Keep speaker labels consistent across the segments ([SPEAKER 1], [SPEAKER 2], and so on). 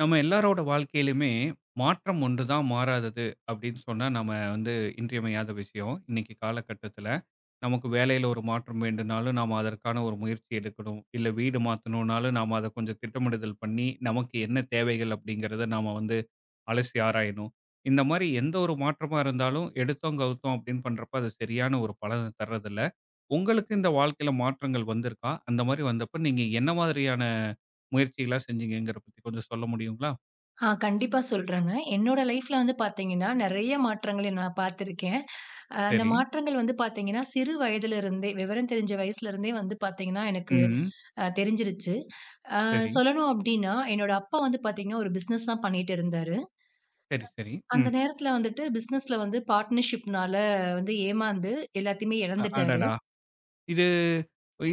[SPEAKER 1] நம்ம எல்லாரோட வாழ்க்கையிலுமே மாற்றம் ஒன்று தான் மாறாதது அப்படின்னு சொன்னால் நம்ம வந்து இன்றியமையாத விஷயம் இன்னைக்கு காலகட்டத்தில் நமக்கு வேலையில் ஒரு மாற்றம் வேண்டுனாலும் நாம் அதற்கான ஒரு முயற்சி எடுக்கணும், இல்லை வீடு மாற்றணும்னாலும் நாம் அதை கொஞ்சம் திட்டமிடுதல் பண்ணி நமக்கு என்ன தேவைகள் அப்படிங்கிறத நாம் வந்து அலசி ஆராயணும். இந்த மாதிரி எந்த ஒரு மாற்றமாக இருந்தாலும் எடுத்தோம் கவுத்தோம் அப்படின்னு பண்ணுறப்ப அது சரியான ஒரு பலனை தர்றதில்ல. உங்களுக்கு இந்த வாழ்க்கையில் மாற்றங்கள் வந்திருக்கா? அந்த மாதிரி வந்தப்ப நீங்கள் என்ன மாதிரியான முயற்சிகள்லாம் செஞ்சீங்கங்கிற பத்தி கொஞ்சம் சொல்ல முடியுங்களா?
[SPEAKER 2] கண்டிப்பா சொல்றேங்க. என்னோட லைஃப்ல வந்து பார்த்தீங்கன்னா, நெறைய மாற்றங்களை நான் பார்த்திருக்கேன். அந்த
[SPEAKER 1] சரி.
[SPEAKER 2] மாற்றங்கள் வந்து பார்த்தீங்கன்னா, சிறு வயதிலிருந்தே விவரம் தெரிஞ்ச வயசுலருந்தே வந்து பார்த்தீங்கன்னா, எனக்கு
[SPEAKER 1] ம்.
[SPEAKER 2] தெரிஞ்சிருச்சு.
[SPEAKER 1] சரி,
[SPEAKER 2] சொல்லணும் அப்டின்னா, என்னோட அப்பா வந்து பார்த்தீங்கன்னா, ஒரு பிசினஸ் தான் பண்ணிட்டு இருந்தாரு.
[SPEAKER 1] சரி, சரி.
[SPEAKER 2] அந்த
[SPEAKER 1] ம்.
[SPEAKER 2] நேரத்துல வந்துட்டு பிசினஸ்ல வந்து பார்ட்னர்ஷிப்னால வந்து ஏமாந்து எல்லாத்தையுமே
[SPEAKER 1] அ
[SPEAKER 2] இழந்துட்டாரு.
[SPEAKER 1] அடடா! இது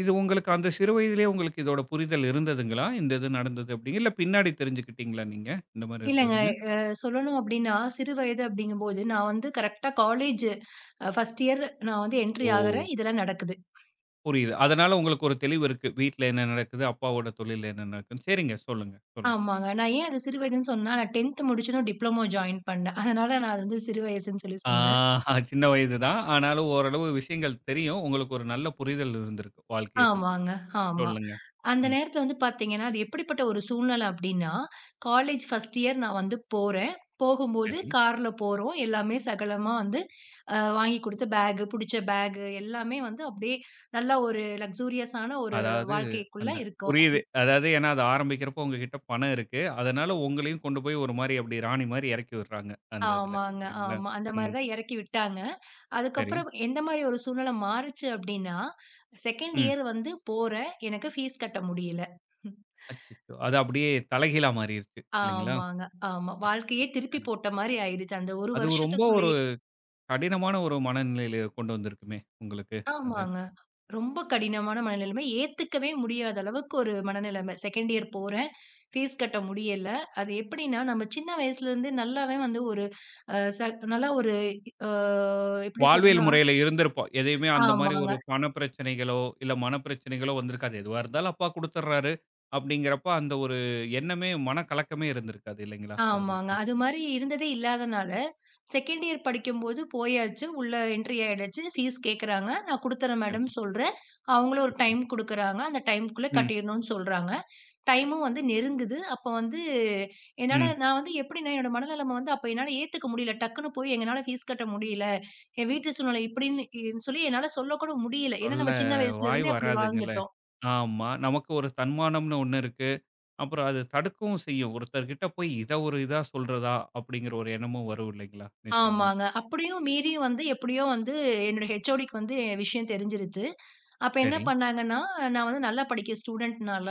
[SPEAKER 1] இது உங்களுக்கு அந்த சிறு வயதிலேயே உங்களுக்கு இதோட புரிதல் இருந்ததுங்களா? இந்த இது நடந்தது அப்டின்னு இல்ல பின்னாடி தெரிஞ்சுக்கிட்டீங்களா நீங்க? இந்த மாரி
[SPEAKER 2] இல்லங்க,
[SPEAKER 1] இருந்ததுன்னு?
[SPEAKER 2] சொல்லணும் அப்டின்னா, சிறு வயது அப்டிங்கும்போது நான் வந்து கரெக்ட்டா காலேஜ் 1 இயர் நான் வந்து என்ட்ரி
[SPEAKER 1] ஓ!
[SPEAKER 2] ஆகுறேன். இதெல்லாம் நடக்குது.
[SPEAKER 1] புரியுது. அதனால உங்களுக்கு ஒரு தெளிவு இருக்கு. வீட்ல என்ன நடக்குது? அப்பாவோட தொழில்ல என்ன நடக்குதுன்னு. சரிங்க. சொல்லுங்க, சொல்லுங்க.
[SPEAKER 2] ஆமாங்க. நான் ஏன் அது சிறு வயதுன்னு சொன்னேன்னா, நான் 10th முடிச்சதும் டிப்ளமோ ஜாயின் பண்ணேன். அதனால நான் அது வந்து சிறு வயசுன்னு சொல்லி
[SPEAKER 1] ஆ
[SPEAKER 2] சொன்னேன்.
[SPEAKER 1] சின்ன வயது தான். ஆனாலும் ஓரளவு விஷயங்கள் தெரியும். உங்களுக்கு ஒரு நல்ல புரிதல் இருந்திருக்கு. வாழ்க்கைய பத்தி.
[SPEAKER 2] ஆமாங்க, ஆமா.
[SPEAKER 1] சொல்லுங்க.
[SPEAKER 2] அந்த
[SPEAKER 1] ம்.
[SPEAKER 2] நேரத்துல வந்து பாத்தீங்கன்னா, அது எப்படிப்பட்ட ஒரு சூழ்நிலை அப்டின்னா, காலேஜ் ஃபர்ஸ்ட் இயர் நான் வந்து போறேன். போகும்போது
[SPEAKER 1] சரி.
[SPEAKER 2] கார்ல போறோம். எல்லாமே சகலமா வந்து வாங்கி குடுத்து பேகு, புடிச்ச பேகு எல்லாமே வந்து அப்டியே நல்லா ஒரு லக்ஸூரியஸான ஒரு
[SPEAKER 1] அதாவது
[SPEAKER 2] வாழ்க்கைக்குள்ள
[SPEAKER 1] அந்த
[SPEAKER 2] இருக்கோம்.
[SPEAKER 1] புரியுது. அதாவது ஏன்னா அது ஆரம்பிக்கிறப்போ உங்ககிட்ட பணம் இருக்கு. அதனால உங்களையும் கொண்டு போய் ஒரு மாரி அப்படி ராணி மாரி இறக்கி விடுறாங்க. அந்த இதுல
[SPEAKER 2] ஆமாங்க,
[SPEAKER 1] இல்லைங்களா?
[SPEAKER 2] ஆமா. அந்த மாரி
[SPEAKER 1] ம்.
[SPEAKER 2] தான் எறக்கி விட்டாங்க.
[SPEAKER 1] சரி.
[SPEAKER 2] அதுக்கப்புறம் எந்த மாரி ஒரு சூழ்நிலை மாறுச்சு அப்டின்னா, 2nd
[SPEAKER 1] ம்.
[SPEAKER 2] இயர் வந்து போறேன். எனக்கு ஃபீஸ் கட்ட முடியல.
[SPEAKER 1] அச்சச்சோ! அது அப்படியே தலைகீழா மாறிருச்சு இல்லைங்களா?
[SPEAKER 2] ஆமாங்க. ஆமா. வாழ்க்கையே திருப்பி போட்ட மாரி ஆயிடுச்சு. அந்த 1
[SPEAKER 1] அது ரொம்ப ஒரு
[SPEAKER 2] வருஷத்துக்குள்ளயே
[SPEAKER 1] கடினமான ஒரு மனநிலையில கொண்டு வந்திருக்குமே உங்களுக்கு அது.
[SPEAKER 2] ஆமாங்க. ரொம்ப கடினமான மனநிலைமை. ஏத்துக்கவே முடியாத அளவுக்கு ஒரு மனநிலைமை. 2nd இயர் போறேன். ஃபீஸ் கட்ட முடியல. அது எப்டின்னா, நம்ம சின்ன வயசுலருந்து நல்லாவே வந்து ஒரு அ ச நல்லா ஒரு அ எப்டி
[SPEAKER 1] வாழ்வியல்
[SPEAKER 2] சொல்றதுன்னா
[SPEAKER 1] முறையில இருந்திருப்போம். எதையுமே அந்த மாரி
[SPEAKER 2] ஆமாங்க.
[SPEAKER 1] ஒரு பண பிரச்சனைகளோ, இல்ல மன பிரச்சனைகளோ வந்திருக்காது. எதுவா இருந்தாலும் அப்பா குடுத்துடுறாரு அப்படிங்கிறப்ப அந்த ஒரு எண்ணமே மனக்கலக்கமே இருந்திருக்காது இல்லைங்களா? அது
[SPEAKER 2] ஆமாங்க. அது மாரி இருந்ததே இல்லாதனால, செகண்ட் இயர் படிக்கும்போது போயாச்சு, உள்ள என்ட்ரி ஆயிடுச்சு. ஃபீஸ் கேட்குறாங்க. நான் குடுத்துர்றேன்
[SPEAKER 1] மட்டும்
[SPEAKER 2] மேடம்ன்னு சொல்றேன். அவங்களும் ஒரு டைம் குடுக்குறாங்க. அந்த டைம்க்குள்ள
[SPEAKER 1] ம்,
[SPEAKER 2] கட்டிறணும்னு சொல்றாங்க. டைமும் வந்து நெருங்குது. அப்ப வந்து என்னால
[SPEAKER 1] ம்.
[SPEAKER 2] நான் வந்து எப்படின்னா, என்னோட மனநெலைமை வந்து அப்ப என்னால ஏத்துக்க முடியல. டக்குன்னு போய் எங்கனால ஃபீஸ் கட்ட முடியல. என் வீட்டு சூழ்நிலை இப்படின்னு இன்னு சொல்லி என்னால சொல்லக்கூட முடியல. ஏன்னா,
[SPEAKER 1] சொல்ல
[SPEAKER 2] நம்ம சின்ன
[SPEAKER 1] வாய்
[SPEAKER 2] வயசுலருந்தே அப்படி
[SPEAKER 1] வராதுங்கல்ல.
[SPEAKER 2] வாழ்ந்துட்டோம்.
[SPEAKER 1] ஆமா. நமக்கு ஒரு தன்மானம்னு ஒண்ணு இருக்கு. அப்புறம் அது தடுக்கவும் செய்யும். ஒருத்தர்கிட்ட போய் இத ஒரு இதா சொல்றதா? அப்படிங்கிற ஒரு எண்ணமும் வரும் இல்லைங்களா? நிச்சயமா.
[SPEAKER 2] ஆமாங்க. அப்படியும் மீறியும் வந்து எப்படியோ வந்து என்னோட ஹெச்ஓடிக்கு வந்து விஷயம் தெரிஞ்சிருச்சு. அப்ப என்ன
[SPEAKER 1] சரி.
[SPEAKER 2] பண்ணாங்கன்னா, நான் வந்து நல்லா படிக்கிற ஸ்டூடண்ட்னால,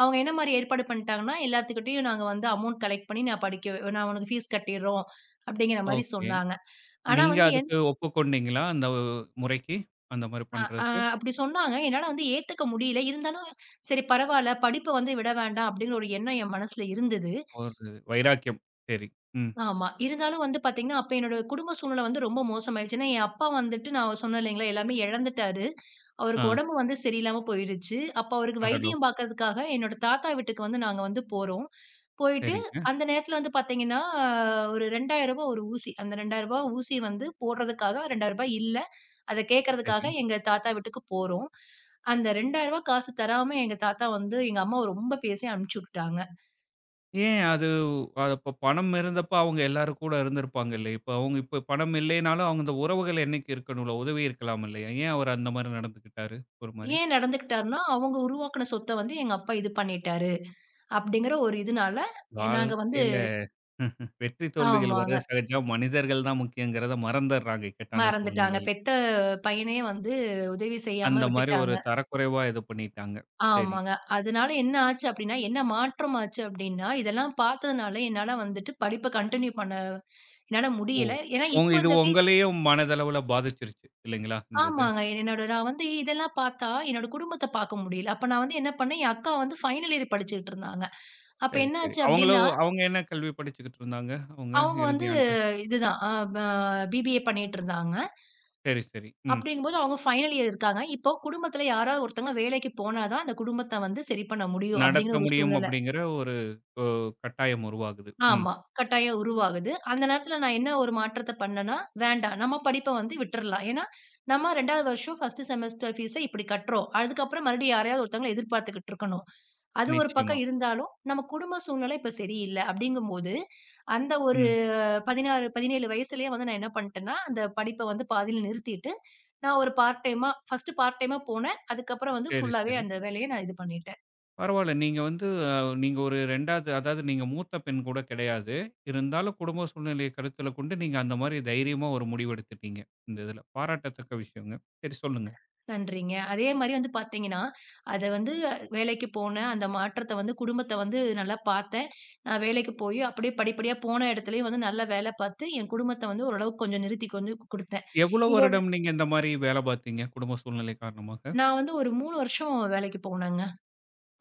[SPEAKER 2] அவங்க என்ன மாரி ஏற்பாடு பண்ணிட்டாங்கன்னா, எல்லாத்துக்கிட்டயும் நாங்க வந்து அமௌண்ட் கலெக்ட் பண்ணி நான் படிக்க நான் உனக்கு ஃபீஸ் கட்டிர்றோம். அப்படிங்கிற மாரி
[SPEAKER 1] ஓகே.
[SPEAKER 2] சொன்னாங்க. ஆனா
[SPEAKER 1] நீங்க
[SPEAKER 2] வந்து என்
[SPEAKER 1] அதுக்கு ஒப்புக்கொண்டீங்களா? அந்த முறைக்கு? அந்த மாரி
[SPEAKER 2] அ அ
[SPEAKER 1] பண்றதுக்கு?
[SPEAKER 2] அப்படி சொன்னாங்க. என்னால வந்து ஏத்துக்க முடியல. இருந்தாலும், சரி பரவால்ல படிப்ப வந்து விட வேண்டாம் அப்படிங்கிற ஒரு எண்ணம் என் மனசுல இருந்தது.
[SPEAKER 1] ஒரு வைராக்கியம். சரி. ம்.
[SPEAKER 2] ஆமா. இருந்தாலும் வந்து பாத்தீங்கன்னா, அப்ப என்னோட குடும்ப சூழ்நிலை வந்து ரொம்ப மோசமாயிருச்சு. ஏன்னா, என் அப்பா வந்துட்டு நான் சொன்னேன் இல்லைங்களா, எல்லாமே இழந்துட்டாரு.
[SPEAKER 1] ஆ.
[SPEAKER 2] அவருக்கு உடம்பு வந்து சரியில்லாம போயிருச்சு. அப்ப அவருக்கு
[SPEAKER 1] அடடோ!
[SPEAKER 2] வைத்தியம் பாக்கறதுக்காக என்னோட தாத்தா வீட்டுக்கு வந்து நாங்க வந்து போறோம். போயிட்டு
[SPEAKER 1] சரிங்க.
[SPEAKER 2] அந்த நேரத்துல வந்து பாத்தீங்கன்னா, ஒரு ரூ. 2000 ஒரு ஊசி. அந்த ரூ. 2000 ஊசி வந்து போடுறதுக்காக ரூ. 2000 இல்ல. அத கேட்கறதுக்காக
[SPEAKER 1] சரி.
[SPEAKER 2] எங்க தாத்தா வீட்டுக்கு போறோம். அந்த ரூ. 2000 காசு தராம எங்க தாத்தா வந்து எங்க அம்மாவ ரொம்ப பேசி அனுப்பிச்சு விட்டுட்டாங்க.
[SPEAKER 1] ஏன் அது அது அப்ப பணம் இருந்தப்ப அவங்க எல்லாரும் கூட இருந்திருப்பாங்க இல்ல. இப்ப அவங்க இப்ப பணம் இல்லைனாலும் அவங்க அந்த உறவுகள் என்னைக்கு இருக்கணும்ல, உதவி இருக்கலாம் இல்லையா? ஏன் அவர் அந்த மாரி நடந்துக்கிட்டாரு? ஒரு மாரி.
[SPEAKER 2] ஏன் நடந்துக்கிட்டாருன்னா, அவங்க உருவாக்குன சொத்த வந்து எங்க அப்பா இது பண்ணிட்டாரு, அப்படிங்கிற ஒரு இதுனால நாங்க வந்து
[SPEAKER 1] வாழ்க்கையில வெற்றி தோல்விகள்
[SPEAKER 2] ஆமாங்க.
[SPEAKER 1] வர்றது சகஜம். மனிதர்கள் தான் முக்கியங்கிறத மறந்தர்றாங்க இக்கட்டான
[SPEAKER 2] மறந்துட்டாங்க.
[SPEAKER 1] சூழ்நிலையில.
[SPEAKER 2] பெத்த பையனையே வந்து உதவி செய்யாம
[SPEAKER 1] அந்த மாரி ஒரு
[SPEAKER 2] விட்டுட்டாங்க.
[SPEAKER 1] தரக்குறைவா இது பண்ணிட்டாங்க. சரி.
[SPEAKER 2] ஆமாங்க. அதனால என்ன ஆச்சு அப்படின்னா, என்ன மாற்றம் ஆச்சு அப்படின்னா, இதெல்லாம் பார்த்ததுனால என்னால வந்துட்டு படிப்ப கன்டின்யூ பண்ண என்னால
[SPEAKER 1] ஓ!
[SPEAKER 2] முடியல. ஏன்னா
[SPEAKER 1] உங்க
[SPEAKER 2] இப்ப
[SPEAKER 1] இது
[SPEAKER 2] இந்த ஃபீஸ்
[SPEAKER 1] உங்களையும் மனதளவுல பாதிச்சிருச்சு இல்லைங்களா? இந்த இது.
[SPEAKER 2] ஆமாங்க. என்னோட நான் வந்து இதெல்லாம் பார்த்தா என்னோட குடும்பத்த பார்க்க முடியல. அப்ப நான் வந்து என்ன பண்ணேன், என் அக்கா வந்து ஃபைனல் இயர் படிச்சுட்டு இருந்தாங்க. அப்ப
[SPEAKER 1] சரி,
[SPEAKER 2] என்ன
[SPEAKER 1] சரி.
[SPEAKER 2] ஆச்சு அப்படின்னா
[SPEAKER 1] அவங்களும் அவங்க என்ன கல்வி படிச்சுக்கிட்டு இருந்தாங்க? அவங்க
[SPEAKER 2] அவங்க
[SPEAKER 1] இறுதி
[SPEAKER 2] வந்து
[SPEAKER 1] ஆண்டு.
[SPEAKER 2] இதுதான் அ ப பிபிஏ பண்ணிட்டுருந்தாங்க.
[SPEAKER 1] சரி, சரி. ம்.
[SPEAKER 2] அப்படிங்கும்போது அவங்க ஃபைனல் இயர் இருக்காங்க. இப்போ குடும்பத்துல யாராவது ஒருத்தவங்க வேலைக்கு போனா தான் அந்த குடும்பத்த வந்து சரி பண்ண முடியும்
[SPEAKER 1] நடத்த
[SPEAKER 2] அப்படிங்கிற ஒரு
[SPEAKER 1] முடியும்
[SPEAKER 2] சூழ்நிலை.
[SPEAKER 1] அப்படிங்கிற ஒரு அ கட்டாயம் உருவாகுது. ம்.
[SPEAKER 2] ஆமா. கட்டாயம் உருவாகுது. அந்த நேரத்துல நான் என்ன ஒரு மாற்றத்த பண்ணேன்னா, வேண்டாம் நம்ம படிப்ப வந்து விட்டுறலாம். ஏன்னா, நம்ம 2nd வருஷம் 1 செமஸ்டர் ஃபீஸ இப்படி கட்டுறோம். அதுக்கப்புறம் மறுபடியும் யாரையாவது ஒருத்தவங்கள எதிர்பார்த்துக்கிட்டு இருக்கணும். அது ஒரு
[SPEAKER 1] நிச்சயமா.
[SPEAKER 2] பக்கம் இருந்தாலும், நம்ம குடும்ப சூழ்நிலை இப்ப சரியில்ல. அப்படிங்கும்போது, அந்த ஒரு
[SPEAKER 1] ம்.
[SPEAKER 2] 16, 17 வயசுலயே வந்து நான் என்ன பண்ணிட்டேன்னா, அந்த படிப்ப வந்து பாதியில நிறுத்திட்டு, நான் ஒரு பார்ட் டைமா ஃபர்ஸ்ட் பார்ட் டைமா போனேன். அதுக்கப்புறம் வந்து
[SPEAKER 1] சரி,
[SPEAKER 2] ஃபுல்லாவே
[SPEAKER 1] சரி.
[SPEAKER 2] அந்த வேலைய நான் இது பண்ணிட்டேன்.
[SPEAKER 1] பரவால்ல. நீங்க வந்து அ நீங்க ஒரு 2வது அதாவது நீங்க மூத்த பெண் கூட கிடையாது. இருந்தாலும் குடும்ப சூழ்நிலையை கருத்தில கொண்டு நீங்க அந்த மாரி தைரியமா ஒரு முடிவு எடுத்துட்டீங்க. இந்த இதில. பாராட்டத்தக்க விஷயங்க. சரி சொல்லுங்க.
[SPEAKER 2] நன்றிங்க. அதே மாரி வந்து பார்த்தீங்கன்னா, அத வந்து வேலைக்கு போனேன். அந்த மாற்றத்த வந்து குடும்பத்த வந்து நல்லா பார்த்தேன். நான் வேலைக்கு போய் அப்படியே படிப்படியா போன இடத்துலயும் வந்து நல்ல வேல பார்த்து, என் குடும்பத்த வந்து ஓரளவுக்கு கொஞ்சம் நிறுத்தி கொஞ்சம் குடுத்தேன்.
[SPEAKER 1] எவ்வளவு
[SPEAKER 2] இதோட
[SPEAKER 1] வருடம் நீங்க இந்த மாரி வேலை பார்த்தீங்க? குடும்ப சூழ்நிலை காரணமாக.
[SPEAKER 2] நான் வந்து ஒரு 3 வருஷம் வேலைக்கு போனேங்க.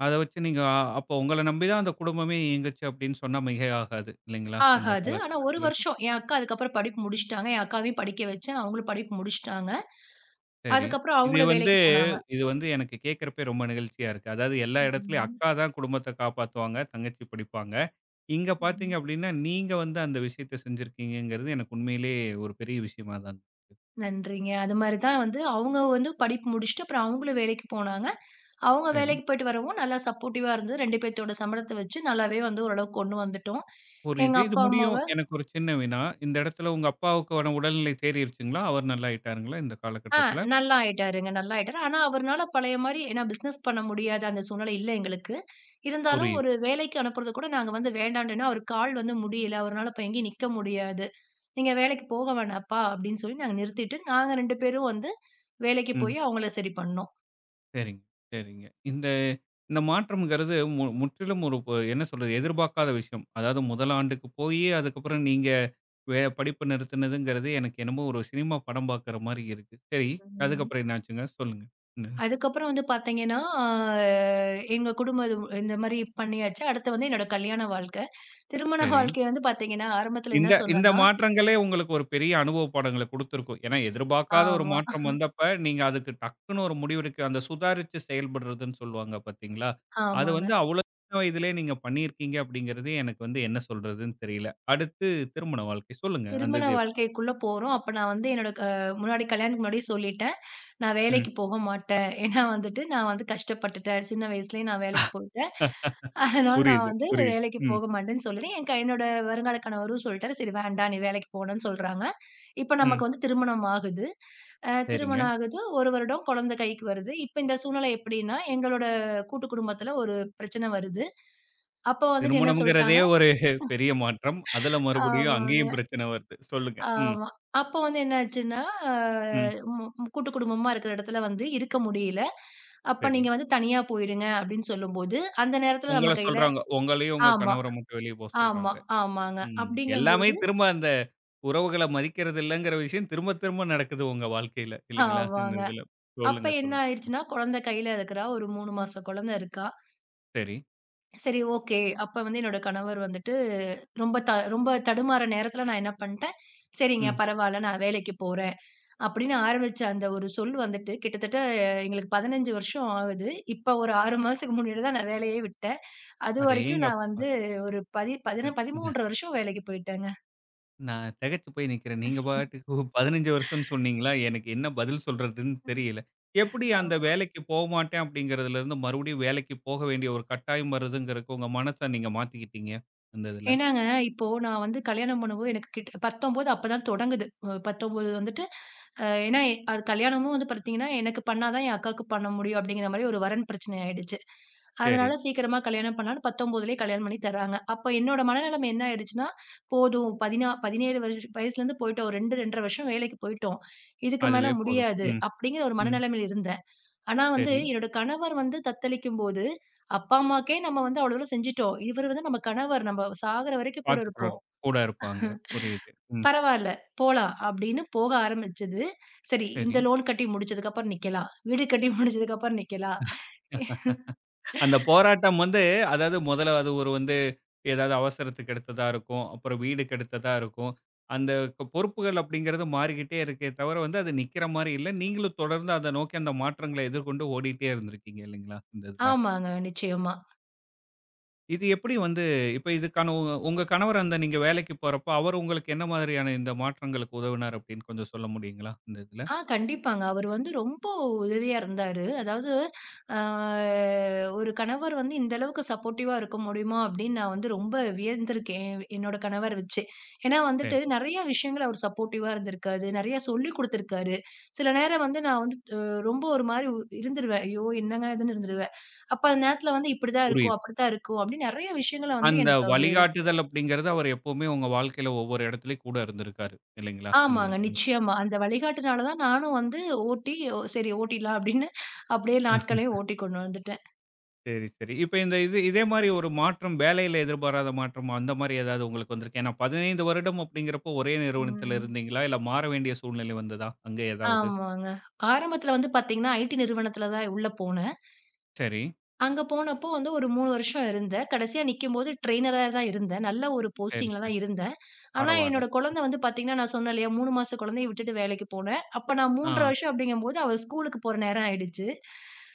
[SPEAKER 1] அத வச்சு நீங்க அப்போ உங்கள நம்பி தான் அந்த குடும்பமே இயங்குச்சு அப்படின்னு சொன்னா மிகை ஆகாது. இல்லைங்களா? அந்த
[SPEAKER 2] ஆகாது. ஆனா 1
[SPEAKER 1] காலகட்டத்தில.
[SPEAKER 2] வருஷம் என் அக்கா அதுக்கப்புறம் படிப்பு முடிச்சுட்டாங்க. என் அக்காவையும் படிக்க வச்சேன். அவங்களும் படிப்பு முடிச்சுட்டாங்க.
[SPEAKER 1] சரி.
[SPEAKER 2] அதுக்கப்புறம்
[SPEAKER 1] இது
[SPEAKER 2] அவங்களும்
[SPEAKER 1] வந்து
[SPEAKER 2] வேலைக்கு போனாங்க.
[SPEAKER 1] இது வந்து எனக்கு கேட்கிறப்பயே ரொம்ப நிகழ்ச்சியா இருக்கு. அதாவது எல்லா இடத்துலயும்
[SPEAKER 2] ம்.
[SPEAKER 1] அக்கா தான் குடும்பத்த காப்பாத்துவாங்க. தங்கச்சி படிப்பாங்க. இங்க பார்த்தீங்க
[SPEAKER 2] ம்.
[SPEAKER 1] அப்படின்னா, நீங்க வந்து அந்த விஷயத்த செஞ்சிருக்கீங்கங்கிறது எனக்கு உண்மையிலேயே ஒரு பெரிய விஷயமா தான் இருக்கு.
[SPEAKER 2] நன்றிங்க. அது மாரி தான் வந்து அவங்க வந்து படிப்பு முடிச்சுட்டு அப்புறம் அவங்களும் வேலைக்கு போனாங்க. அவங்க
[SPEAKER 1] சரி.
[SPEAKER 2] வேலைக்கு போயிட்டு வரவும் நல்லா சப்போர்ட்டிவா இருந்தது. 2 பேத்தோட சம்பளத்த வச்சு நல்லாவே வந்து ஓரளவுக்கு கொண்டு வந்துட்டோம்.
[SPEAKER 1] புரியுது.
[SPEAKER 2] எங்க
[SPEAKER 1] இது இது
[SPEAKER 2] அப்பா, அம்மாவ
[SPEAKER 1] முடியும். எனக்கு ஒரு சின்ன வினா. இந்த இடத்துல உங்க அப்பாவுக்கான உடல்நிலை தேறிருச்சுங்களா? அவர் நல்லாயிட்டாருங்களா இந்த
[SPEAKER 2] ஆ
[SPEAKER 1] காலகட்டத்துல?
[SPEAKER 2] நல்லா ஆயிட்டாருங்க. நல்லா ஆயிட்டாரு. ஆனா அவருனால பழைய மாரி ஏன்னா பிசினஸ் பண்ண முடியாத அந்த சூழ்நிலை இல்ல எங்களுக்கு. இருந்தாலும்
[SPEAKER 1] புரியுது.
[SPEAKER 2] ஒரு வேலைக்கு அனுப்புறது கூட நாங்க வந்து வேண்டான்ட்டோம். ஏன்னா அவருக்கு கால் வந்து முடியல. அவருனால இப்ப எங்கேயும் நிக்க முடியாது. "நீங்க வேலைக்கு போக வேணாம்ப்பா" அப்படின்னு சொல்லி நாங்க நிறுத்திட்டு, நாங்க 2 பேரும் வந்து வேலைக்கு
[SPEAKER 1] ம்.
[SPEAKER 2] போய் அவங்கள சரி பண்ணோம்.
[SPEAKER 1] சரிங்க, சரிங்க. இந்த இந்த மாற்றம்ங்கிறது மு முற்றிலும் ஒரு ப என்ன சொல்றது? எதிர்பார்க்காத விஷயம். அதாவது முதல் ஆண்டுக்கு போயி, அதுக்கப்புறம் நீங்க வே படிப்ப நிறுத்தினதுங்கிறது எனக்கு என்னமோ ஒரு சினிமா படம் பார்க்குற மாரி இருக்கு. சரி,
[SPEAKER 2] ம்.
[SPEAKER 1] அதுக்கப்புறம் என்னாச்சுங்க? சொல்லுங்க. ம்.
[SPEAKER 2] அதுக்கப்புறம் வந்து பார்த்தீங்கன்னா, எங்க குடும்பம் இது இந்த மாரி பண்ணியாச்சு. அடுத்து வந்து என்னோட கல்யாண வாழ்க்கை. திருமண
[SPEAKER 1] சரி.
[SPEAKER 2] வாழ்க்கை வந்து பார்த்தீங்கன்னா, ஆரம்பத்தில என்ன
[SPEAKER 1] இந்த இந்த
[SPEAKER 2] சொன்னேன்னா
[SPEAKER 1] மாற்றங்களே உங்களுக்கு ஒரு பெரிய அனுபவ பாடங்கள குடுத்திருக்கும். ஏன்னா எதிர்பார்க்காத ஒரு
[SPEAKER 2] ஆமா,
[SPEAKER 1] மாற்றம் வந்தப்ப, நீங்க அதுக்கு டக்குனு ஒரு முடிவெடுக்க அந்த சுதாரிச்சு செயல்படுறதுன்னு சொல்லுவாங்க பார்த்தீங்களா? அது
[SPEAKER 2] ஆமாங்க.
[SPEAKER 1] வந்து அவ்வளோ சின்ன வயதிலேயே நீங்க பண்ணியிருக்கீங்க அப்படிங்கிறது எனக்கு வந்து என்ன சொல்றதுன்னு தெரியல. அடுத்து திருமண வாழ்க்கை. சொல்லுங்க அந்த
[SPEAKER 2] திருமண
[SPEAKER 1] இது எப்
[SPEAKER 2] வாழ்க்கைக்குள்ள போறோம். அப்ப நான் வந்து என்னோட முன்னாடி கல்யாணத்துக்கு முன்னாடியே சொல்லிட்டேன். நான்
[SPEAKER 1] ம்.
[SPEAKER 2] வேலைக்கு போக மாட்டேன். ஏன்னா வந்துட்டு நான் வந்து கஷ்டப்பட்டுட்டேன். சின்ன வயசுலயே நான் வேலைக்கு போயிட்டேன். அதனால நான்
[SPEAKER 1] புரியுது,
[SPEAKER 2] வந்து
[SPEAKER 1] புரியுது.
[SPEAKER 2] வேலைக்கு
[SPEAKER 1] ம்,
[SPEAKER 2] போக மாட்டேன்னு சொல்லிட்டேன். என் என்னோட வருங்கால கணவரும் சொல்லிட்டாரு. "சரி வேண்டாம் நீ வேலைக்கு போணும்னு" சொல்றாங்க. இப்ப
[SPEAKER 1] ம்.
[SPEAKER 2] நமக்கு வந்து திருமணம் ஆகுது.
[SPEAKER 1] சரிங்க.
[SPEAKER 2] திருமணம் ஆகுது. 1 வருடம் குழந்தை கைக்கு வருது. இப்ப இந்த சூழ்நிலை எப்படின்னா, எங்களோட கூட்டு குடும்பத்துல ஒரு பிரச்சனை வருது. அப்ப வந்துட்டு என்ன
[SPEAKER 1] திருமணம்ங்கிறதே
[SPEAKER 2] சொல்ட்டாங்க,
[SPEAKER 1] ஒரு பெரிய மாற்றம். அதுல மறுபடியும்
[SPEAKER 2] ஆமாங்க.
[SPEAKER 1] அங்கேயும் பிரச்சனை வருது. சொல்லுங்க. ம்,
[SPEAKER 2] ஆமா. அப்ப வந்து என்ன ஆச்சுன்னா, அ
[SPEAKER 1] ம்.
[SPEAKER 2] கூட்டு குடும்பமா இருக்கிற இடத்துல வந்து இருக்க முடியல. அப்ப
[SPEAKER 1] சரி.
[SPEAKER 2] நீங்க வந்து தனியா போயிருங்க அப்படின்னு சொல்லும்போது, அந்த நேரத்துல
[SPEAKER 1] உங்கள
[SPEAKER 2] நம்ம கையில
[SPEAKER 1] சொல்றாங்க. உங்களையும் உங்க
[SPEAKER 2] ஆமா,
[SPEAKER 1] கணவர மட்டும் வெளிய போ சொல்றாங்க.
[SPEAKER 2] ஆமா, ஆமாங்க.
[SPEAKER 1] ம். எல்லாமே
[SPEAKER 2] அப்படிங்கும்போது
[SPEAKER 1] திரும்ப அந்த உறவுகள மதிக்கிறது இல்லங்கிற விஷயம் திரும்ப திரும்ப நடக்குது உங்க வாழ்க்கையில. இல்லைங்களா? இந்த
[SPEAKER 2] ஆமாங்க.
[SPEAKER 1] இதுல.
[SPEAKER 2] அப்ப
[SPEAKER 1] சொல்லுங்க,
[SPEAKER 2] என்ன
[SPEAKER 1] சொல்லுங்க.
[SPEAKER 2] ஆயிருச்சுன்னா, குழந்தை கையில இருக்கிறா. ஒரு 3 மாச குழந்தை இருக்கா.
[SPEAKER 1] சரி.
[SPEAKER 2] சரி ஓகே. அப்ப வந்து என்னோட கணவர் வந்துட்டு ரொம்ப தடுமாற நேரத்துல நான் என்ன பண்ட்டேன், சரிங்க
[SPEAKER 1] ம்.
[SPEAKER 2] பரவால்ல நான் வேலைக்கு போறேன். அப்படின்னு ஆரம்பிச்ச அந்த ஒரு சொல் வந்துட்டு கிட்டத்தட்ட எங்களுக்கு 15 வருஷம் ஆகுது. இப்ப ஒரு 6 மாசத்துக்கு முன்னாடி தான் நான் வேலையே விட்டேன். அதுவரைக்கும் நான்
[SPEAKER 1] அடேங்கப்பா!
[SPEAKER 2] வந்து ஒரு பதி பதின
[SPEAKER 1] ம். ந
[SPEAKER 2] 13 வருஷம் வேலைக்கு போயிட்டேங்க.
[SPEAKER 1] நான் திகைச்சு போய் நிக்கிறேன். நீங்க பாட்டுக்கு 15 வருஷம்னு சொன்னீங்களா? எனக்கு என்ன பதில் சொல்றதுன்னு தெரியல. எப்படி அந்த வேலைக்கு போமாட்டேன் அப்படிங்கிறதுலருந்து மறுபடியும் வேலைக்கு போக வேண்டிய ஒரு கட்டாயம் வருதுங்கிறதுக்கு உங்க மனச நீங்க மாத்திக்கிட்டீங்க, அந்த இதுல?
[SPEAKER 2] ஏன்னாங்க, இப்போ நான் வந்து கல்யாணம் பண்ணும்போது எனக்கு கிட்ட 19 அப்பதான் தொடங்குது. 19 வந்துட்டு ஏன்னா அது கல்யாணமும் வந்து பார்த்தீங்கன்னா, எனக்கு பண்ணா தான் என் அக்காவுக்கு பண்ண முடியும் அப்படிங்கிற மாரி ஒரு வரன் பிரச்சனை ஆயிடுச்சு.
[SPEAKER 1] சரி.
[SPEAKER 2] அதனால சீக்கிரமா கல்யாணம் பண்ணலான்னு 19லயே கல்யாணம் பண்ணி தர்றாங்க. அப்ப என்னோட மனநிலைமை என்ன ஆயிடுச்சுன்னா, போதும் 17 வருஷ வயசுலேருந்து போயிட்டோம். 2, 2 1/2 வருஷம் வேலைக்கு போயிட்டோம். இதுக்கு
[SPEAKER 1] அதுவே
[SPEAKER 2] மேல
[SPEAKER 1] போதும்.
[SPEAKER 2] முடியாது
[SPEAKER 1] ம்,
[SPEAKER 2] அப்படிங்கிற ஒரு
[SPEAKER 1] ம்.
[SPEAKER 2] மனநிலைமையில இருந்தேன். ஆனா வந்து
[SPEAKER 1] சரி.
[SPEAKER 2] என்னோட கணவர் வந்து தத்தளிக்கும்போது, அப்பா, அம்மாக்கே நம்ம வந்து அவ்வளோ தூரம் செஞ்சுட்டோம். இவரு வந்து நம்ம கணவர். நம்ம சாகுற வரைக்கும் கூட
[SPEAKER 1] பாத்துக்கிறோம்.
[SPEAKER 2] இருப்போம்.
[SPEAKER 1] கூட இருப்பாங்க. புரியுது. ம்.
[SPEAKER 2] பரவால்ல போலாம் அப்படின்னு போக ஆரம்பிச்சது. சரி
[SPEAKER 1] சரி.
[SPEAKER 2] இந்த லோன் கட்டி முடிச்சதுக்கப்புறம் நிக்கலாம். வீடு கட்டி முடிச்சதுக்கப்புறம் நிக்கலாம்.
[SPEAKER 1] அந்த போராட்டம் வந்து அதாவது முதல்ல அது ஒரு வந்து ஏதாவது அவசரத்துக்கு எடுத்ததா இருக்கும். அப்புறம் வீடுக்கு எடுத்ததா இருக்கும். அந்த க பொறுப்புகள் அப்படிங்கிறது மாறிக்கிட்டே இருக்கே தவிர வந்து அது நிக்கிற மாரி இல்ல. நீங்களும் தொடர்ந்து அத நோக்கி அந்த மாற்றங்கள எதிர்கொண்டு ஓடிட்டே இருந்திருக்கீங்க இல்லைங்களா? இந்த இதுல.
[SPEAKER 2] ஆமாங்க. நிச்சயமா.
[SPEAKER 1] இது எப்படி வந்து இப்ப இதுக்கான உ உங்க கணவர் அந்த நீங்க வேலைக்கு போறப்போ, அவர் உங்களுக்கு என்ன மாதிரியான இந்த மாற்றங்களுக்கு உதவினார் அப்படின்னு கொஞ்சம் சொல்ல முடியுங்களா? இந்த இதுல.
[SPEAKER 2] கண்டிப்பாங்க. அவரு வந்து ரொம்ப உதவியா இருந்தாரு. அதாவது ஆ ஒரு கணவர் வந்து இந்த அளவுக்கு சப்போர்ட்டிவா இருக்க முடியுமா? அப்படின்னு நான் வந்து ரொம்ப வியந்திருக்கேன். என்னோட கணவர வச்சு. ஏன்னா வந்துட்டு
[SPEAKER 1] சரி,
[SPEAKER 2] நெறைய விஷயங்கள் அவர் சப்போர்ட்டிவா இருந்திருக்காரு. நெறைய சொல்லிக் குடுத்துருக்காரு. சில நேரம் வந்து நான் வந்து ரொம்ப ஒரு மாரி இருந்துருவேன். ஐயோ! என்னங்க இதுன்னு இருந்துருவேன். அப்ப அந்த நேரத்துல வந்து இப்படிதான் இருக்கும்,
[SPEAKER 1] புரியுது.
[SPEAKER 2] அப்படித்தான் இருக்கும் அப்படின்னு நெறைய விஷயங்கள வந்து
[SPEAKER 1] அந்த
[SPEAKER 2] எனக்கு
[SPEAKER 1] வழிகாட்டுதல் அப்படிங்கிறது அவர் எப்பவுமே உங்க வாழ்க்கையில ஒவ்வொரு இடத்துலயும் கூட இருந்திருக்காரு. இல்லைங்களா? இந்த
[SPEAKER 2] ஆமாங்க.
[SPEAKER 1] இதுல.
[SPEAKER 2] நிச்சயமா. அந்த வழிகாட்டுனால தான் நானும் வந்து ஓட்டி, "ஓ சரி ஓட்டிடலாம்" அப்படின்னு அப்படியே நாட்களையும் ஓட்டி கொண்டு வந்துட்டேன்.
[SPEAKER 1] சரி, சரி. இப்ப இந்த இதே மாரி ஒரு மாற்றம் வேலையில எதிர்பாராத மாற்றம் அந்த மாரி ஏதாவது உங்களுக்கு வந்திருக்கா? ஏன்னா 15 வருடம் அப்படிங்கிறப்போ ஒரே நிறுவனத்தில
[SPEAKER 2] ம்.
[SPEAKER 1] இருந்தீங்களா? இல்ல மாற வேண்டிய சூழ்நிலை வந்ததா? அங்க ஏதாவது?
[SPEAKER 2] ஆமாங்க. ஆரம்பத்தில வந்து பார்த்தீங்கன்னா, ஐடி நிறுவனத்தில தான் உள்ள போனேன்.
[SPEAKER 1] சரி,
[SPEAKER 2] அங்க போனப்போ வந்து ஒரு 3 வருஷம் இருந்தேன். கடைசியா நிக்கும்போது ட்ரெய்னரா தான் இருந்தேன். நல்ல ஒரு
[SPEAKER 1] சரி,
[SPEAKER 2] போஸ்டிங்ல
[SPEAKER 1] சரி.
[SPEAKER 2] தான் இருந்தேன். ஆனா
[SPEAKER 1] பரவால்ல.
[SPEAKER 2] என்னோட குழந்தை வந்து பாத்தீங்கன்னா, நான் சொன்னேன் இல்லையா 3 மாச குழந்தைய விட்டுட்டு வேலைக்கு போனேன். அப்ப நான் 3 1/2
[SPEAKER 1] ஆ.
[SPEAKER 2] வருஷம் அப்படிங்கும்போது அவ ஸ்கூலுக்கு போற நேரம் ஆயிடுச்சு.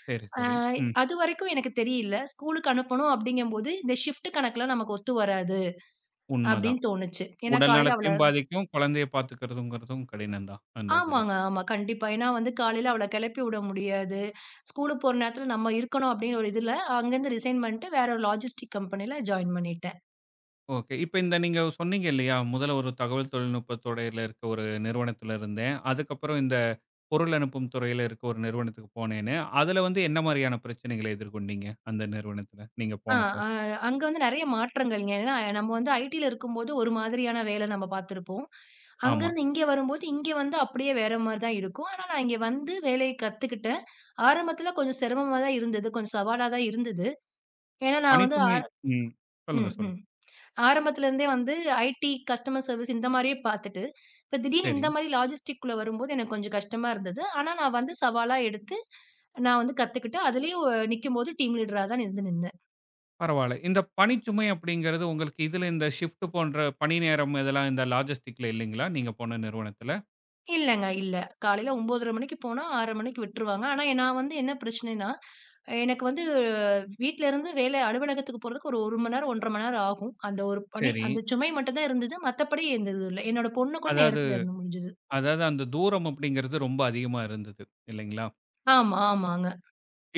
[SPEAKER 1] சரி,
[SPEAKER 2] ஆ
[SPEAKER 1] சரி. ம்.
[SPEAKER 2] அதுவரைக்கும் எனக்கு தெரியல. ஸ்கூலுக்கு அனுப்பணும் அப்படிங்கும்போது, இந்த ஷிஃப்ட் கணக்குலாம் நமக்கு ஒத்து வராது
[SPEAKER 1] உண்மதான்.
[SPEAKER 2] அப்படின்னு தோணுச்சு. ஏன்னா
[SPEAKER 1] உடல்
[SPEAKER 2] காலையில அவள
[SPEAKER 1] நலத்தையும் பாதிக்கும், குழந்தைய பார்த்துக்கிறதுங்கிறதும் கடினம் தான் அந்த இதுல.
[SPEAKER 2] ஆமாங்க. ஆமா. கண்டிப்பா. ஏன்னா வந்து காலையில அவள கெளப்பி விட முடியாது. ஸ்கூலுக்கு போற நேரத்துல நம்ம இருக்கணும் அப்டின்னு ஒரு இதுல, அங்கருந்து ரிசைன் பண்ணிட்டு வேற ஒரு லாஜிஸ்டிக் கம்பெனில ஜாயின் பண்ணிட்டேன்.
[SPEAKER 1] ஓகே. இப்ப இந்த நீங்க சொன்னீங்க இல்லையா? முதல்ல ஒரு தகவல் தொழில்நுட்பத் துறையில இருக்க ஒரு நிறுவனத்துல இருந்தேன். அதுக்கப்புறம் இந்த பொருள் அனுப்பும் துறையில இருக்க ஒரு நிறுவனத்துக்கு போனேன்னு. அதுல வந்து என்ன மாரியான பிரச்சனைகள எதிர்கொண்டீங்க? அந்த நிறுவனத்துல நீங்க
[SPEAKER 2] ஆ
[SPEAKER 1] போனப்ப?
[SPEAKER 2] அ அங்க வந்து நெறைய மாற்றங்கள்ங்க. ஏன்னா நம்ம வந்து ஐடில இருக்கும்போது ஒரு மாதிரியான வேல நம்ம பார்த்திருப்போம்.
[SPEAKER 1] ஆமா.
[SPEAKER 2] அங்கருந்து இங்க வரும்போது, இங்க வந்து அப்படியே வேற மாரி தான் இருக்கும். ஆனா நான் இங்க வந்து வேலைய கத்துக்கிட்டேன். ஆரம்பத்துல கொஞ்சம் சிரமமா தான் இருந்தது. கொஞ்சம் சவாலா தான் இருந்தது. ஏன்னா நான் வந்து
[SPEAKER 1] பணிச்சுமை
[SPEAKER 2] ஆர
[SPEAKER 1] ம். சொல்லுங்க,
[SPEAKER 2] ம், ம்.
[SPEAKER 1] சொல்லுங்க.
[SPEAKER 2] ஆரம்பத்துல இருந்தே வந்து ஐடி, கஸ்டமர் சர்விஸ் இந்த மாரியே பார்த்துட்டு, இப்ப திடீர்னு
[SPEAKER 1] சரி.
[SPEAKER 2] இந்த மாரி லாஜிஸ்டிக் குள்ள வரும்போது எனக்கு கொஞ்சம் கஷ்டமா இருந்தது. ஆனா நான் வந்து சவாலா எடுத்து, நான் வந்து கத்துக்கிட்டு, அதுலயும் நிக்கும்போது டீம் லீடரா தான் இருந்து நின்னேன்.
[SPEAKER 1] பரவால்ல. இந்த பணிச்சுமை அப்படிங்கிறது உங்களுக்கு இதுல இந்த ஷிஃப்ட் போன்ற பணி நேரம் இதெல்லாம் இந்த லாஜஸ்டிக்ல இல்லைங்களா? நீங்க போன நிறுவனத்துல?
[SPEAKER 2] இல்லங்க இல்ல. காலையில 9:30 மணிக்கு போனா 6 மணிக்கு விட்டுருவாங்க. ஆனா நான் வந்து என்ன பிரச்சனைன்னா, எனக்கு வந்து வீட்ல இருந்து வேலை அலுவலகத்துக்கு போறதுக்கு ஒரு 1 மணி நேரம், 1 1/2 மணி நேரம் ஆகும். அந்த ஒரு பணி
[SPEAKER 1] சரி.
[SPEAKER 2] அந்த சுமை மட்டும் தான் இருந்தது. மத்தபடி இருந்தது இல்ல. என்னோட பொண்ணு கூட
[SPEAKER 1] அதாவது
[SPEAKER 2] நேரத்துல இருந்து முடிஞ்சது.
[SPEAKER 1] அதாவது அந்த தூரம் அப்படிங்கிறது ரொம்ப அதிகமா இருந்தது இல்லைங்களா?
[SPEAKER 2] ஆமா, ஆமாங்க.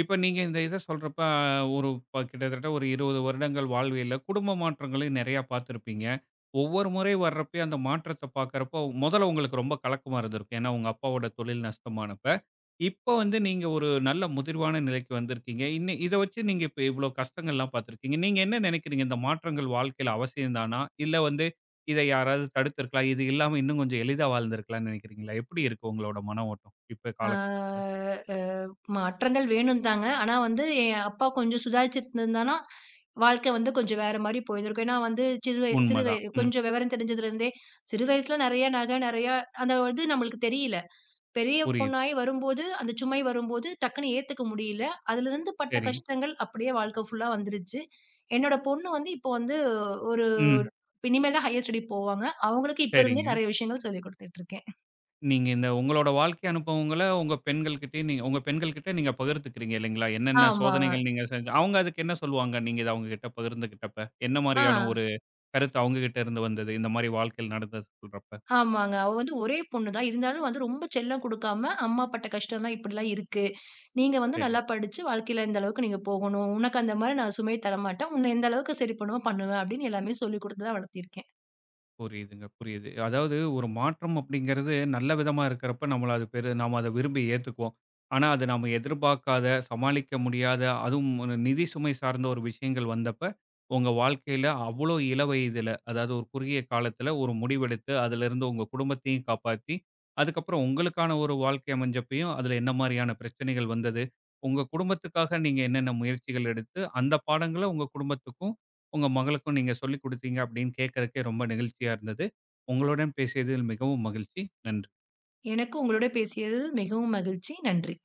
[SPEAKER 1] இப்ப நீங்க இந்த இத சொல்றப்ப, ஒரு ப கிட்டத்தட்ட ஒரு 20 வருடங்கள் வாழ்வியல்ல குடும்ப மாற்றங்களையும் நெறையா பார்த்திருப்பீங்க. ஒவ்வொரு முறை வர்றப்பயும் அந்த மாற்றத்த பார்க்கறப்போ, முதல்ல உங்களுக்கு ரொம்ப கலக்கமா இருந்திருக்கும். ஏன்னா, உங்க அப்பாவோட தொழில் நஷ்டமானப்ப. இப்ப வந்து நீங்க ஒரு நல்ல முதிர்வான நிலைக்கு வந்திருக்கீங்க. இன்னி இத வச்சு நீங்க இப்ப இவ்ளோ கஷ்டங்கள்லாம் பார்த்திருக்கீங்க. நீங்க என்ன நெனைக்கிறீங்க? இந்த மாற்றங்கள் வாழ்க்கையில அவசியம் தானா? இல்ல வந்து இத யாராவது தடுத்திருக்கலாம், இது இல்லாம இன்னும் கொஞ்சம் எளிதா வாழ்ந்திருக்கலாம்னு நெனைக்கிறீங்களா? எப்படி இருக்கு உங்களோட மன ஓட்டம்? இப்ப
[SPEAKER 2] ஆ
[SPEAKER 1] காலகட்டத்துல.
[SPEAKER 2] அ மாற்றங்கள் வேணும் தாங்க. ஆனா வந்து என் அப்பா கொஞ்சம் சுதாரிச்சிருந்திருந்தான்னா, வாழ்க்கை வந்து கொஞ்சம் வேற மாரி போயிருந்திருக்கும். ஏன்னா வந்து சிறு வய சிறு வய
[SPEAKER 1] உண்மதான். ம்.
[SPEAKER 2] கொஞ்சம் விவரம் தெரிஞ்சதுலருந்தே சிறு வயசுல நெறைய நகை, நெறையா அந்த இது நம்மளுக்கு தெரியல. பெரிய
[SPEAKER 1] புரியுது.
[SPEAKER 2] பொண்ணாயி வரும்போது, அந்த சுமை வரும்போது டக்குன்னு ஏத்துக்க முடியல. அதுலருந்து பட்ட
[SPEAKER 1] சரி.
[SPEAKER 2] கஷ்டங்கள் அப்படியே வாழ்க்கை ஃபுல்லா வந்துருச்சு. என்னோட பொண்ணு வந்து இப்போ வந்து ஒரு
[SPEAKER 1] ம்.
[SPEAKER 2] இனிமேல் தான் ஹையர் ஸ்டடி போவாங்க. அவங்களுக்கு இப்ப இருந்தே
[SPEAKER 1] சரிங்க.
[SPEAKER 2] நெறைய விஷயங்கள் சொல்லிக் குடுத்துட்டுருக்கேன்.
[SPEAKER 1] நீங்க இந்த உங்களோட வாழ்க்கை அனுபவங்கள உங்க பெண்கள்கிட்டயும் நீங்க உங்க பெண்கள்கிட்ட நீங்க பகிர்ந்துக்கிறீங்க இல்லைங்களா? என்னென்ன
[SPEAKER 2] ஆமாங்க.
[SPEAKER 1] சோதனைகள் நீங்க செஞ்ச அவங்க அதுக்கு என்ன சொல்லுவாங்க? நீங்க இத அவங்ககிட்ட பகிர்ந்துக்கிட்டப்ப? என்ன
[SPEAKER 2] ஆ.
[SPEAKER 1] மாரியான ஒரு கருத்து அவங்ககிட்ட இருந்து வந்தது? இந்த மாரி வாழ்க்கையில நடந்தது சொல்றப்ப?
[SPEAKER 2] ஆமாங்க. அவ வந்து ஒரே பொண்ணு தான். இருந்தாலும் வந்து ரொம்ப செல்லம் குடுக்காம, "அம்மா பட்ட கஷ்டம்லாம் இப்படிலாம் இருக்கு. நீங்க வந்து
[SPEAKER 1] சரி.
[SPEAKER 2] நல்லா படிச்சு வாழ்க்கையில இந்த அளவுக்கு நீங்க போகணும். உனக்கு அந்த மாரி நான் சுமைய தரமாட்டேன். உன்ன எந்த அளவுக்கு சரி பண்ணுவோ, பண்ணுவேன்." அப்படின்னு எல்லாமே சொல்லிக் குடுத்து தான் வளர்த்திருக்கேன்.
[SPEAKER 1] புரியுதுங்க, புரியுது. அதாவது ஒரு மாற்றம் அப்படிங்கிறது நல்ல விதமா இருக்கிறப்ப நம்மள அது பெரு நாம அத விரும்பி ஏத்துக்குவோம். ஆனா அது நாம எதிர்பார்க்காத, சமாளிக்க முடியாத, அதுவும் ஒரு நிதி சுமை சார்ந்த ஒரு விஷயங்கள் வந்தப்ப, உங்க வாழ்க்கையில அவ்வளோ இள வயதில, அதாவது ஒரு குறுகிய காலத்தில ஒரு முடிவெடுத்து, அதிலிருந்து உங்க குடும்பத்தையும் காப்பாத்தி, அதுக்கப்புறம் உங்களுக்கான ஒரு வாழ்க்கை அமைஞ்சப்பயும், அதில என்ன மாரியான பிரச்சனைகள் வந்தது? உங்க குடும்பத்துக்காக நீங்க என்னென்ன முயற்சிகள் எடுத்து, அந்த பாடங்கள உங்க குடும்பத்துக்கும் உங்க மகளுக்கும் நீங்க சொல்லிக் குடுத்தீங்க அப்படின்னு கேட்கறதுக்கே ரொம்ப நெகிழ்ச்சியா இருந்தது. உங்களுடன் பேசியதில் மிகவும் மகிழ்ச்சி. நன்றி.
[SPEAKER 2] எனக்கும் உங்களோட பேசியது மிகவும் மகிழ்ச்சி. நன்றி.